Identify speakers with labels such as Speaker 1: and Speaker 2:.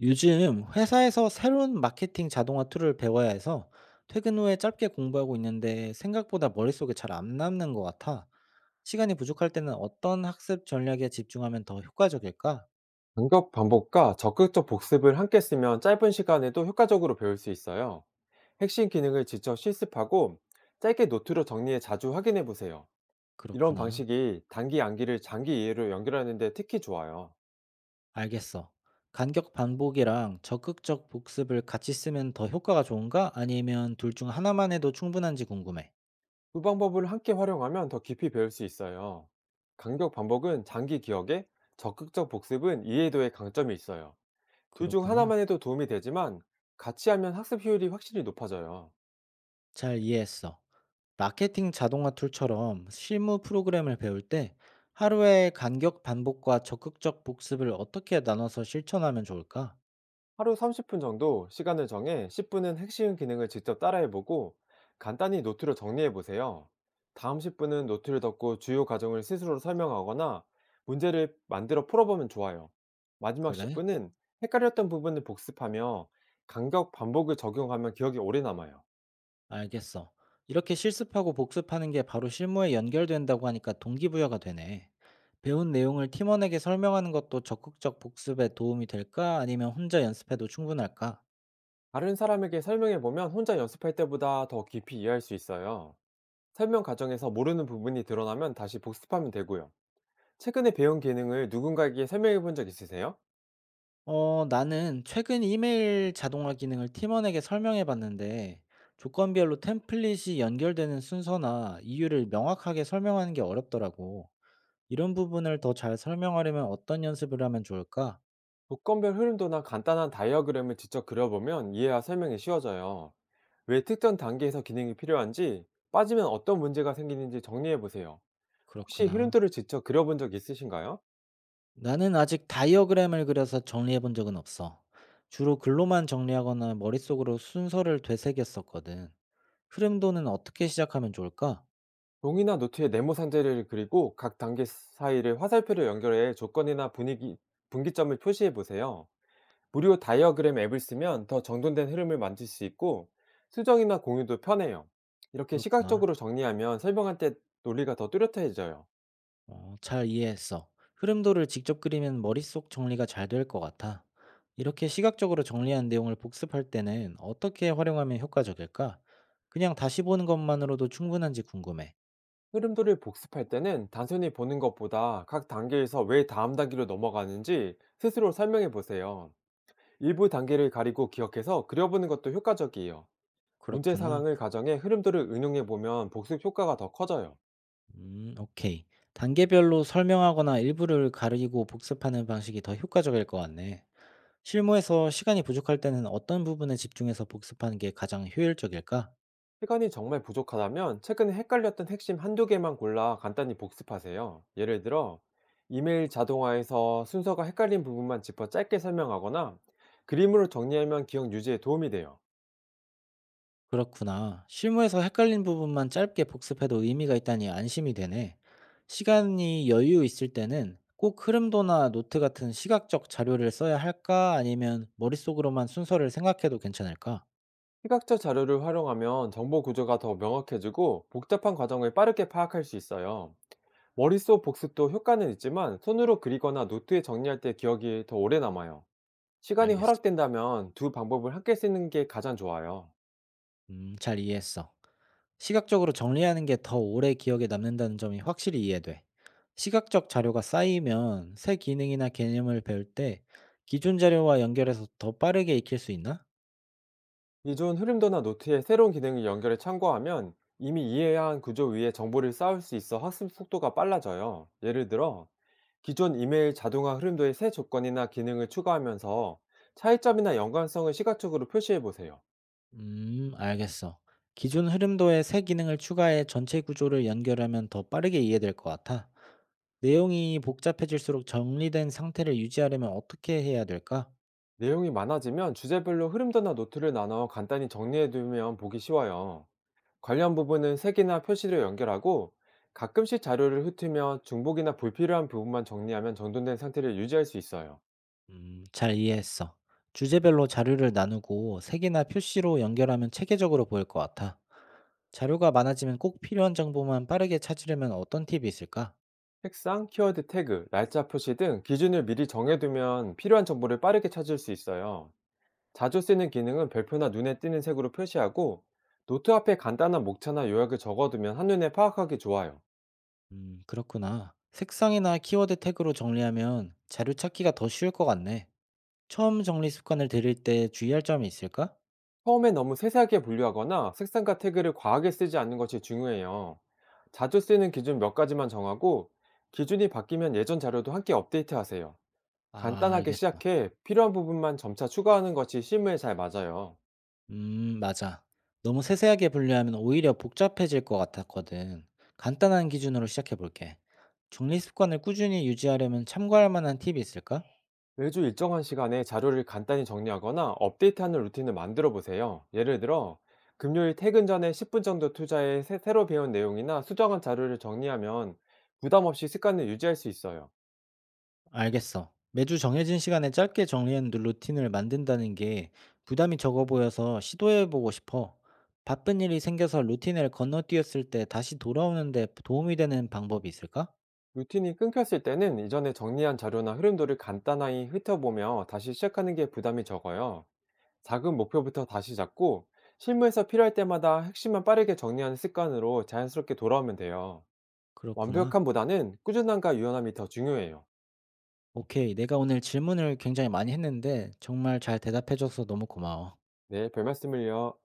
Speaker 1: 요즘 회사에서 새로운 마케팅 자동화 툴을 배워야 해서 퇴근 후에 짧게 공부하고 있는데 생각보다 머릿속에 잘 안 남는 것 같아. 시간이 부족할 때는 어떤 학습 전략에 집중하면 더 효과적일까?
Speaker 2: 반복 반복과 적극적 복습을 함께 쓰면 짧은 시간에도 효과적으로 배울 수 있어요. 핵심 기능을 직접 실습하고 짧게 노트로 정리해 자주 확인해 보세요. 이런
Speaker 1: 그렇구나.
Speaker 2: 방식이 단기 암기를 장기 이해로 연결하는데 특히 좋아요.
Speaker 1: 알겠어. 간격 반복이랑 적극적 복습을 같이 쓰면 더 효과가 좋은가? 아니면 둘 중 하나만 해도 충분한지 궁금해.
Speaker 2: 두 방법을 함께 활용하면 더 깊이 배울 수 있어요. 간격 반복은 장기 기억에, 적극적 복습은 이해도에 강점이 있어요. 둘 중
Speaker 1: 그렇구나.
Speaker 2: 하나만 해도 도움이 되지만 같이 하면 학습 효율이 확실히 높아져요.
Speaker 1: 잘 이해했어. 마케팅 자동화 툴처럼 실무 프로그램을 배울 때 하루에 간격 반복과 적극적 복습을 어떻게 나눠서 실천하면 좋을까?
Speaker 2: 하루 30분 정도 시간을 정해 10분은 핵심 기능을 직접 따라해보고 간단히 노트로 정리해보세요. 다음 10분은 노트를 덮고 주요 과정을 스스로 설명하거나 문제를 만들어 풀어보면 좋아요. 마지막
Speaker 1: 그래?
Speaker 2: 10분은 헷갈렸던 부분을 복습하며 간격 반복을 적용하면 기억이 오래 남아요.
Speaker 1: 알겠어. 이렇게 실습하고 복습하는 게 바로 실무에 연결된다고 하니까 동기부여가 되네. 배운 내용을 팀원에게 설명하는 것도 적극적 복습에 도움이 될까? 아니면 혼자 연습해도 충분할까?
Speaker 2: 다른 사람에게 설명해보면 혼자 연습할 때보다 더 깊이 이해할 수 있어요. 설명 과정에서 모르는 부분이 드러나면 다시 복습하면 되고요. 최근에 배운 기능을 누군가에게 설명해 본 적 있으세요?
Speaker 1: 어, 나는 최근 이메일 자동화 기능을 팀원에게 설명해 봤는데, 조건별로 템플릿이 연결되는 순서나 이유를 명확하게 설명하는 게 어렵더라고. 이런 부분을 더 잘 설명하려면 어떤 연습을 하면 좋을까?
Speaker 2: 조건별 흐름도나 간단한 다이어그램을 직접 그려보면 이해와 설명이 쉬워져요. 왜 특정 단계에서 기능이 필요한지, 빠지면 어떤 문제가 생기는지 정리해 보세요. 혹시
Speaker 1: 그렇구나.
Speaker 2: 흐름도를 직접 그려본 적 있으신가요?
Speaker 1: 나는 아직 다이어그램을 그려서 정리해 본 적은 없어. 주로 글로만 정리하거나 머릿속으로 순서를 되새겼었거든. 흐름도는 어떻게 시작하면 좋을까?
Speaker 2: 종이나 노트에 네모 상자를 그리고 각 단계 사이를 화살표로 연결해 조건이나 분위기, 분기점을 표시해 보세요. 무료 다이어그램 앱을 쓰면 더 정돈된 흐름을 만들 수 있고, 수정이나 공유도 편해요. 이렇게
Speaker 1: 그렇구나.
Speaker 2: 시각적으로 정리하면 설명할 때 논리가 더 뚜렷해져요.
Speaker 1: 어, 잘 이해했어. 흐름도를 직접 그리면 머릿속 정리가 잘 될 것 같아. 이렇게 시각적으로 정리한 내용을 복습할 때는 어떻게 활용하면 효과적일까? 그냥 다시 보는 것만으로도 충분한지 궁금해.
Speaker 2: 흐름도를 복습할 때는 단순히 보는 것보다 각 단계에서 왜 다음 단계로 넘어가는지 스스로 설명해 보세요. 일부 단계를 가리고 기억해서 그려보는 것도 효과적이에요. 문제
Speaker 1: 그렇구나.
Speaker 2: 상황을 가정해 흐름도를 응용해 보면 복습 효과가 더 커져요.
Speaker 1: 오케이. 단계별로 설명하거나 일부를 가리고 복습하는 방식이 더 효과적일 것 같네. 실무에서 시간이 부족할 때는 어떤 부분에 집중해서 복습하는 게 가장 효율적일까?
Speaker 2: 시간이 정말 부족하다면 최근에 헷갈렸던 핵심 한두 개만 골라 간단히 복습하세요. 예를 들어, 이메일 자동화에서 순서가 헷갈린 부분만 짚어 짧게 설명하거나 그림으로 정리하면 기억 유지에 도움이 돼요.
Speaker 1: 그렇구나. 실무에서 헷갈린 부분만 짧게 복습해도 의미가 있다니 안심이 되네. 시간이 여유 있을 때는 꼭 흐름도나 노트 같은 시각적 자료를 써야 할까? 아니면 머릿속으로만 순서를 생각해도 괜찮을까?
Speaker 2: 시각적 자료를 활용하면 정보 구조가 더 명확해지고 복잡한 과정을 빠르게 파악할 수 있어요. 머릿속 복습도 효과는 있지만 손으로 그리거나 노트에 정리할 때 기억이 더 오래 남아요. 시간이
Speaker 1: 알겠어.
Speaker 2: 허락된다면 두 방법을 함께 쓰는 게 가장 좋아요.
Speaker 1: 잘 이해했어. 시각적으로 정리하는 게 더 오래 기억에 남는다는 점이 확실히 이해돼. 시각적 자료가 쌓이면 새 기능이나 개념을 배울 때 기존 자료와 연결해서 더 빠르게 익힐 수 있나?
Speaker 2: 기존 흐름도나 노트에 새로운 기능을 연결해 참고하면 이미 이해해야 한 구조 위에 정보를 쌓을 수 있어 학습 속도가 빨라져요. 예를 들어 기존 이메일 자동화 흐름도에 새 조건이나 기능을 추가하면서 차이점이나 연관성을 시각적으로 표시해 보세요.
Speaker 1: 알겠어. 기존 흐름도에 새 기능을 추가해 전체 구조를 연결하면 더 빠르게 이해될 것 같아. 내용이 복잡해질수록 정리된 상태를 유지하려면 어떻게 해야 될까?
Speaker 2: 내용이 많아지면 주제별로 흐름도나 노트를 나눠 간단히 정리해두면 보기 쉬워요. 관련 부분은 색이나 표시로 연결하고 가끔씩 자료를 흩으며 중복이나 불필요한 부분만 정리하면 정돈된 상태를 유지할 수 있어요.
Speaker 1: 잘 이해했어. 주제별로 자료를 나누고 색이나 표시로 연결하면 체계적으로 보일 것 같아. 자료가 많아지면 꼭 필요한 정보만 빠르게 찾으려면 어떤 팁이 있을까?
Speaker 2: 색상, 키워드 태그, 날짜 표시 등 기준을 미리 정해두면 필요한 정보를 빠르게 찾을 수 있어요. 자주 쓰는 기능은 별표나 눈에 띄는 색으로 표시하고 노트 앞에 간단한 목차나 요약을 적어두면 한눈에 파악하기 좋아요.
Speaker 1: 그렇구나. 색상이나 키워드 태그로 정리하면 자료 찾기가 더 쉬울 것 같네. 처음 정리 습관을 들일 때 주의할 점이 있을까?
Speaker 2: 처음에 너무 세세하게 분류하거나 색상과 태그를 과하게 쓰지 않는 것이 중요해요. 자주 쓰는 기준 몇 가지만 정하고 기준이 바뀌면 예전 자료도 함께 업데이트하세요.
Speaker 1: 아,
Speaker 2: 간단하게
Speaker 1: 알겠어.
Speaker 2: 시작해 필요한 부분만 점차 추가하는 것이 실무에 잘 맞아요.
Speaker 1: 음, 맞아. 너무 세세하게 분류하면 오히려 복잡해질 것 같았거든. 간단한 기준으로 시작해 볼게. 정리 습관을 꾸준히 유지하려면 참고할 만한 팁이 있을까?
Speaker 2: 매주 일정한 시간에 자료를 간단히 정리하거나 업데이트하는 루틴을 만들어 보세요. 예를 들어 금요일 퇴근 전에 10분 정도 투자해 새로 배운 내용이나 수정한 자료를 정리하면 부담 없이 습관을 유지할 수 있어요.
Speaker 1: 알겠어. 매주 정해진 시간에 짧게 정리하는 루틴을 만든다는 게 부담이 적어 보여서 시도해 보고 싶어. 바쁜 일이 생겨서 루틴을 건너뛰었을 때 다시 돌아오는데 도움이 되는 방법이 있을까?
Speaker 2: 루틴이 끊겼을 때는 이전에 정리한 자료나 흐름도를 간단하게 훑어보며 다시 시작하는 게 부담이 적어요. 작은 목표부터 다시 잡고 실무에서 필요할 때마다 핵심만 빠르게 정리하는 습관으로 자연스럽게 돌아오면 돼요.
Speaker 1: 그렇구나.
Speaker 2: 완벽함보다는 꾸준함과 유연함이 더 중요해요.
Speaker 1: 오케이. 내가 오늘 질문을 굉장히 많이 했는데 정말 잘 대답해 줘서 너무 고마워.
Speaker 2: 네, 별 말씀을요.